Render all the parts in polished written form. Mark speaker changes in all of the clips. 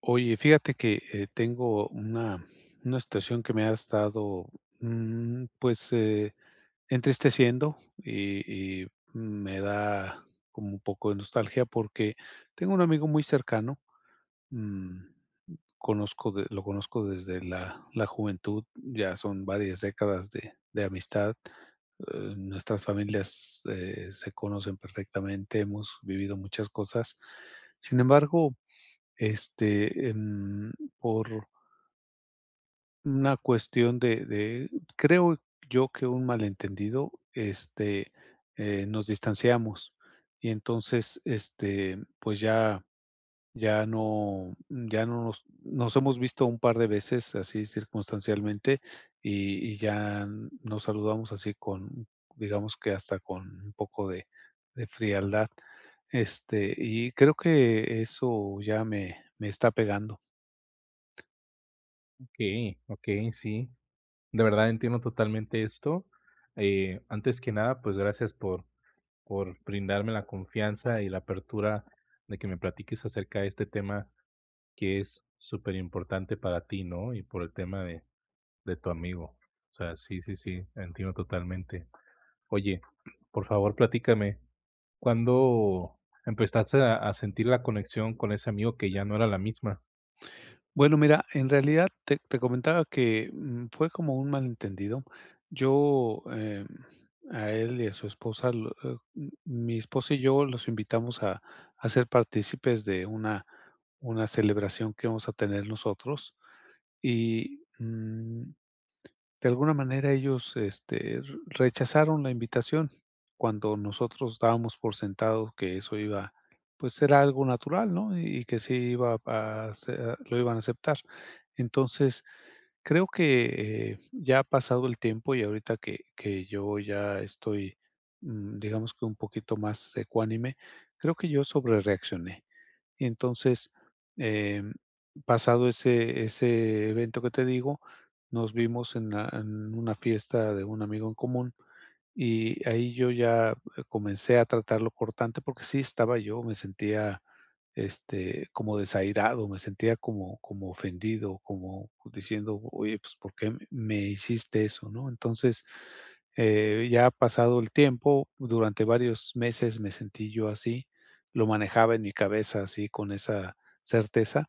Speaker 1: Oye, fíjate que, tengo una situación que me ha estado, mm, pues, eh, entristeciendo y me da como un poco de nostalgia porque tengo un amigo muy cercano, mm, conozco de lo conozco desde la juventud, ya son varias décadas de amistad, nuestras familias, se conocen perfectamente, hemos vivido muchas cosas. Sin embargo, este, em, por una cuestión de creo yo que un malentendido, nos distanciamos y entonces, pues ya ya no ya no nos hemos visto un par de veces así circunstancialmente y ya nos saludamos así con, digamos que hasta con un poco de frialdad, y creo que eso ya me está pegando.
Speaker 2: Okey, okey, sí. De verdad entiendo totalmente esto. Antes que nada, pues gracias por brindarme la confianza y la apertura de que me platiques acerca de este tema que es súper importante para ti, ¿no? Y por el tema de tu amigo. O sea, sí, sí, sí, entiendo totalmente. Oye, por favor, platícame, ¿cuándo empezaste a sentir la conexión con ese amigo que ya no era la misma?
Speaker 1: Bueno, mira, en realidad te comentaba que, fue como un malentendido. Yo, a él y a su esposa, lo m mi esposa y yo los invitamos a ser partícipes de una celebración que vamos a tener nosotros y, de alguna manera ellos, este, re rechazaron la invitación, cuando nosotros dábamos por sentado que eso iba, pues, era algo natural, ¿no? Y que sí iba a se a lo iban a aceptar. Entonces, creo que, ya ha pasado el tiempo y ahorita que yo ya estoy, digamos que un poquito más ecuánime, creo que yo sobre reaccioné. Entonces, em, pasado ese evento que te digo, nos vimos en la en una fiesta de un amigo en común, y ahí yo ya, comencé a tratarlo cortante, porque sí estaba yo, me sentía, como desairado, me sentía como como ofendido, como diciendo: "Oye, pues, ¿por qué me hiciste eso?", ¿no? Entonces, ya pasado el tiempo, durante varios meses me sentí yo así, lo manejaba en mi cabeza así con esa certeza,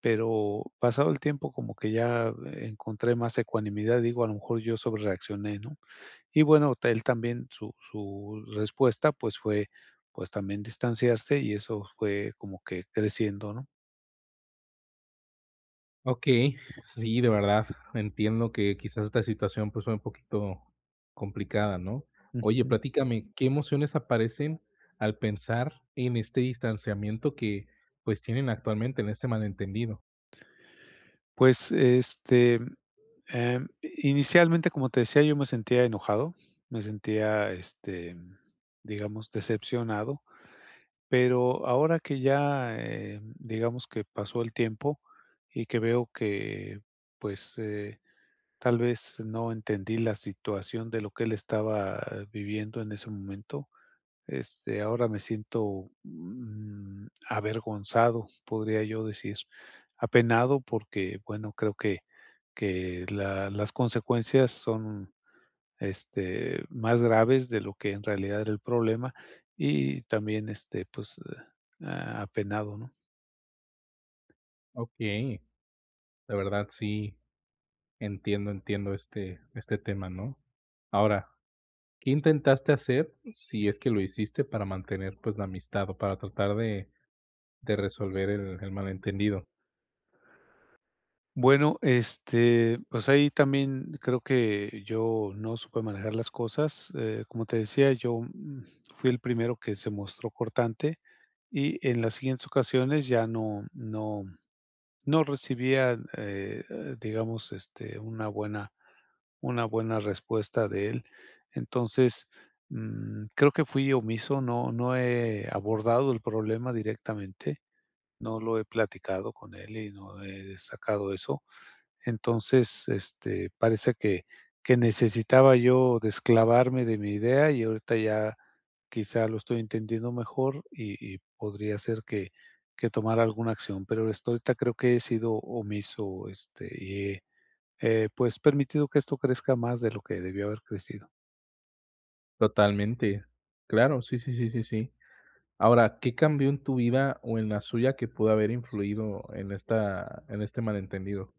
Speaker 1: pero pasado el tiempo como que ya encontré más ecuanimidad, digo, a lo mejor yo sobrereaccioné, ¿no? Y bueno, él también, su respuesta pues fue pues también distanciarse y eso fue como que creciendo, ¿no?
Speaker 2: Okey, sí, de verdad, entiendo que quizás esta situación, pues, fue un poquito complicada, ¿no? Oye,
Speaker 1: Ujú.
Speaker 2: platícame, ¿qué emociones aparecen al pensar en este distanciamiento que, pues, tienen actualmente, en este malentendido?
Speaker 1: Pues, inicialmente, como te decía, yo me sentía enojado, me sentía, digamos, decepcionado, pero ahora que ya, digamos que pasó el tiempo y que veo que, pues, tal vez no entendí la situación de lo que él estaba viviendo en ese momento, ahora me siento, avergonzado, podría yo decir, apenado porque, bueno, creo que la las consecuencias son, más graves de lo que en realidad era el problema y también, pues, apenado, ¿no?
Speaker 2: Okey, de verdad, sí, entiendo, entiendo este tema, ¿no? Ahora, ¿qué intentaste hacer, si es que lo hiciste, para mantener, pues, la amistad o para tratar de resolver el malentendido?
Speaker 1: Bueno, pues ahí también creo que yo no supe manejar las cosas. Como te decía, yo fui el primero que se mostró cortante y en las siguientes ocasiones ya no recibía, digamos, una buena respuesta de él. Entonces, creo que fui omiso, no, no he abordado el problema directamente, no lo he platicado con él y no he sacado eso entonces, parece que necesitaba yo desclavarme de mi idea y ahorita ya quizá lo estoy entendiendo mejor y podría ser que tomara alguna acción, pero hasta ahorita creo que he sido omiso, y he, pues, permitido que esto crezca más de lo que debió haber crecido.
Speaker 2: Totalmente, claro, sí, sí, sí, sí, sí. Ahora, ¿qué cambió en tu vida o en la suya que pudo haber influido en esta en este malentendido?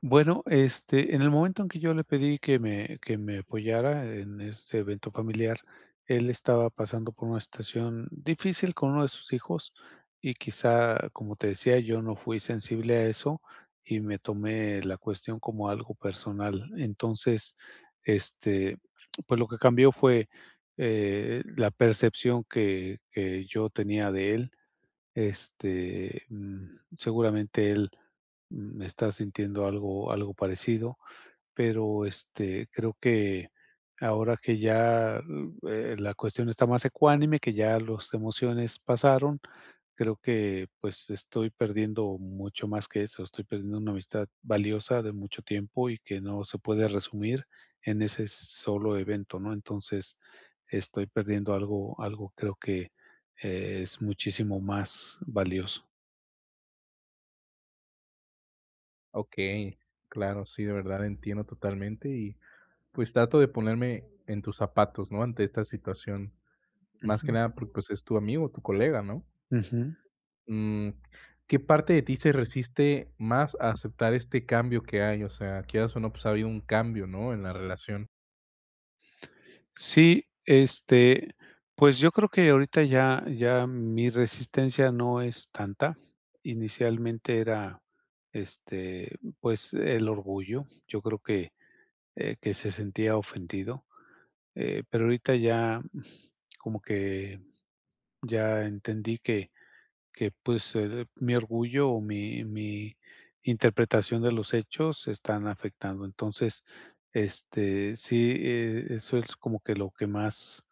Speaker 1: Bueno, en el momento en que yo le pedí que me apoyara en este evento familiar, él estaba pasando por una situación difícil con uno de sus hijos y quizá, como te decía, yo no fui sensible a eso y me tomé la cuestión como algo personal. Entonces, este, pues lo que cambió fue, la percepción que yo tenía de él seguramente él, está sintiendo algo parecido, pero, creo que ahora que ya, la cuestión está más ecuánime, que ya las emociones pasaron, creo que, pues, estoy perdiendo mucho más que eso, estoy perdiendo una amistad valiosa de mucho tiempo y que no se puede resumir en ese solo evento, ¿no? Entonces, estoy perdiendo algo creo que es muchísimo más valioso.
Speaker 2: Okey, claro, sí, de verdad entiendo totalmente y, pues, trato de ponerme en tus zapatos, ¿no?, ante esta situación, más que
Speaker 1: Ujú,
Speaker 2: nada porque, pues, es tu amigo, tu colega, ¿no?
Speaker 1: ujú.
Speaker 2: Mm, ¿qué parte de ti se resiste más a aceptar este cambio que hay? O sea, quieras o no, pues, ha habido un cambio, ¿no?, en la relación.
Speaker 1: Sí, pues, yo creo que ahorita ya mi resistencia no es tanta. Inicialmente era, pues, el orgullo. Yo creo que se sentía ofendido, pero ahorita ya como que ya entendí que pues mi orgullo o mi interpretación de los hechos están afectando. Entonces, sí, eso es como que lo que más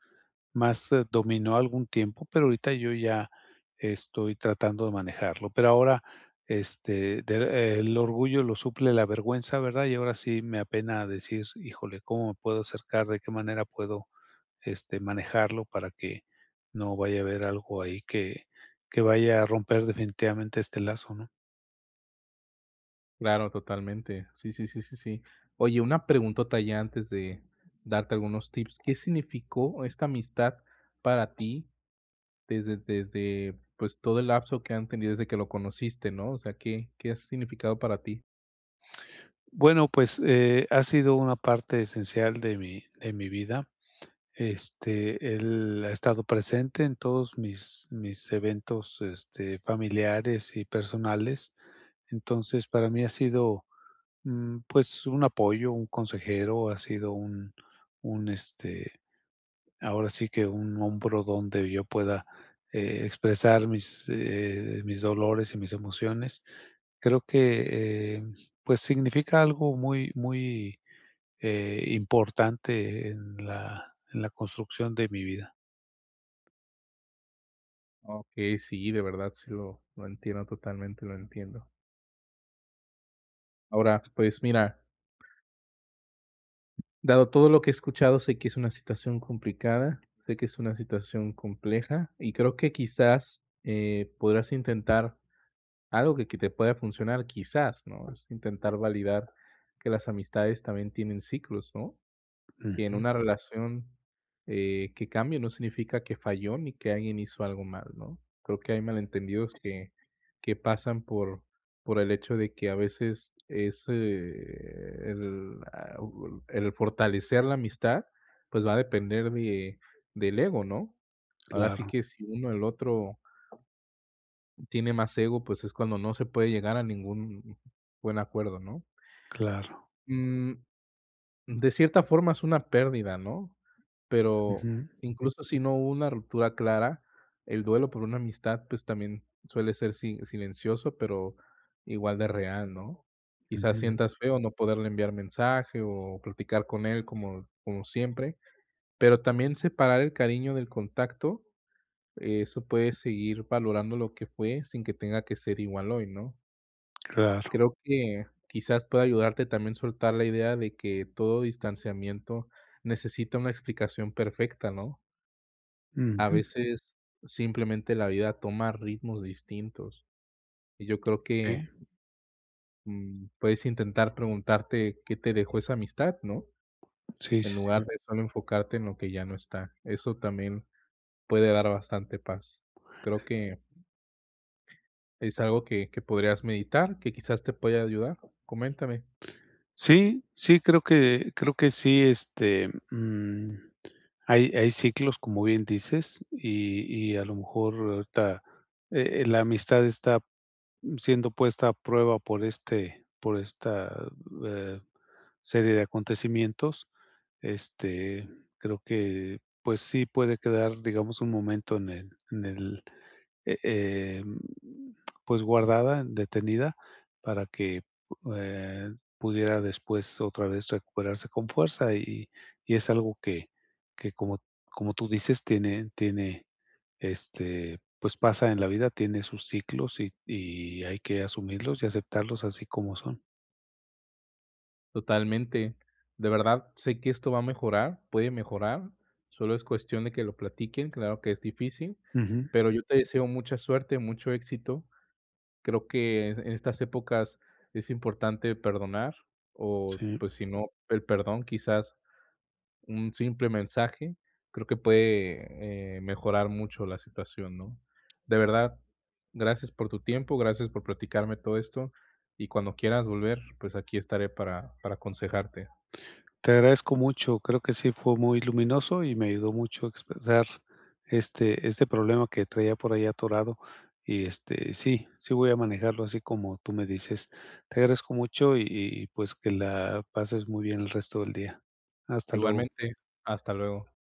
Speaker 1: más, dominó algún tiempo, pero ahorita yo ya estoy tratando de manejarlo. Pero ahora, de el orgullo lo suple la vergüenza, ¿verdad? Y ahora sí me apena decir: "Híjole, ¿cómo me puedo acercar? ¿De qué manera puedo, manejarlo para que no vaya a haber algo ahí que vaya a romper definitivamente este lazo?", ¿no?
Speaker 2: Claro, totalmente. Sí, sí, sí, sí, sí. Oye, una preguntota ya antes de darte algunos tips. ¿Qué significó esta amistad para ti desde pues todo el lapso que han tenido desde que lo conociste, ¿no? O sea, ¿qué ha significado para ti?
Speaker 1: Bueno, pues, ha sido una parte esencial de mi vida. Él ha estado presente en todos mis eventos, familiares y personales. Entonces, para mí ha sido, pues, un apoyo, un consejero, ha sido un, ahora sí que un hombro donde yo pueda, expresar mis, mis dolores y mis emociones. Creo que, pues, significa algo muy muy, importante en la construcción de mi vida.
Speaker 2: Ok, sí, de verdad, lo entiendo totalmente, lo entiendo. Ahora, pues mira, dado todo lo que he escuchado, sé que es una situación complicada, sé que es una situación compleja y creo que quizás podrás intentar algo que te pueda funcionar quizás, ¿no? Es intentar validar que las amistades también tienen ciclos, ¿no? Y en
Speaker 1: Ujú,
Speaker 2: una relación que cambie no significa que falló ni que alguien hizo algo mal, ¿no? Creo que hay malentendidos que pasan por el hecho de que a veces es el, ah, u- el fortalecer la amistad, pues va a depender del ego, ¿no? Ahora sí
Speaker 1: claro,
Speaker 2: que si uno, el otro tiene más ego, pues es cuando no se puede llegar a ningún buen acuerdo, ¿no?
Speaker 1: claro.
Speaker 2: Mm, de cierta forma es una pérdida, ¿no? Pero
Speaker 1: Ujú,
Speaker 2: incluso si no hubo una ruptura clara, el duelo por una amistad, pues también suele ser silencioso, pero igual de real, ¿no? Quizás
Speaker 1: ujú,
Speaker 2: sientas feo no poderle enviar mensaje o platicar con él como siempre, pero también separar el cariño del contacto, eso puede seguir valorando lo que fue sin que tenga que ser igual hoy, ¿no?
Speaker 1: claro.
Speaker 2: Creo que quizás pueda ayudarte también soltar la idea de que todo distanciamiento necesita una explicación perfecta, ¿no? A
Speaker 1: Ujú,
Speaker 2: veces simplemente la vida toma ritmos distintos y yo creo
Speaker 1: okey.
Speaker 2: mm, puedes intentar preguntarte qué te dejó esa amistad, ¿no?
Speaker 1: Sí,
Speaker 2: En
Speaker 1: sí,
Speaker 2: lugar
Speaker 1: sí.
Speaker 2: de solo enfocarte en lo que ya no está. Eso también puede dar bastante paz. Creo que es algo que podrías meditar, que quizás te pueda ayudar. Coméntame.
Speaker 1: Sí, sí, creo que sí, hay ciclos, como bien dices, y a lo mejor ahorita, la amistad está siendo puesta a prueba por este por esta, eh, serie de acontecimientos. Este, creo que, pues sí, puede quedar, digamos, un momento en el eh, eh, pues guardada, detenida, para que, pudiera después otra vez recuperarse con fuerza, y es algo que como como tú dices, tiene, pues pasa en la vida, tiene sus ciclos y hay que asumirlos y aceptarlos así como son.
Speaker 2: Totalmente. De verdad, sé que esto va a mejorar, puede mejorar, solo es cuestión de que lo platiquen, claro que es difícil,
Speaker 1: Ujú,
Speaker 2: pero yo te deseo mucha suerte, mucho éxito. Creo que en estas épocas es importante perdonar o,
Speaker 1: sí.
Speaker 2: pues, si no, el perdón, quizás un simple mensaje, creo que puede, mejorar mucho la situación, ¿no? De verdad, gracias por tu tiempo, gracias por platicarme todo esto y cuando quieras volver, pues, aquí estaré para aconsejarte.
Speaker 1: Te agradezco mucho, creo que sí fue muy luminoso y me ayudó mucho a expresar este problema que traía por ahí atorado. Y este, sí, sí voy a manejarlo así como tú me dices. Te agradezco mucho y pues que la pases muy bien el resto del día. Hasta luego.
Speaker 2: Igualmente, hasta luego.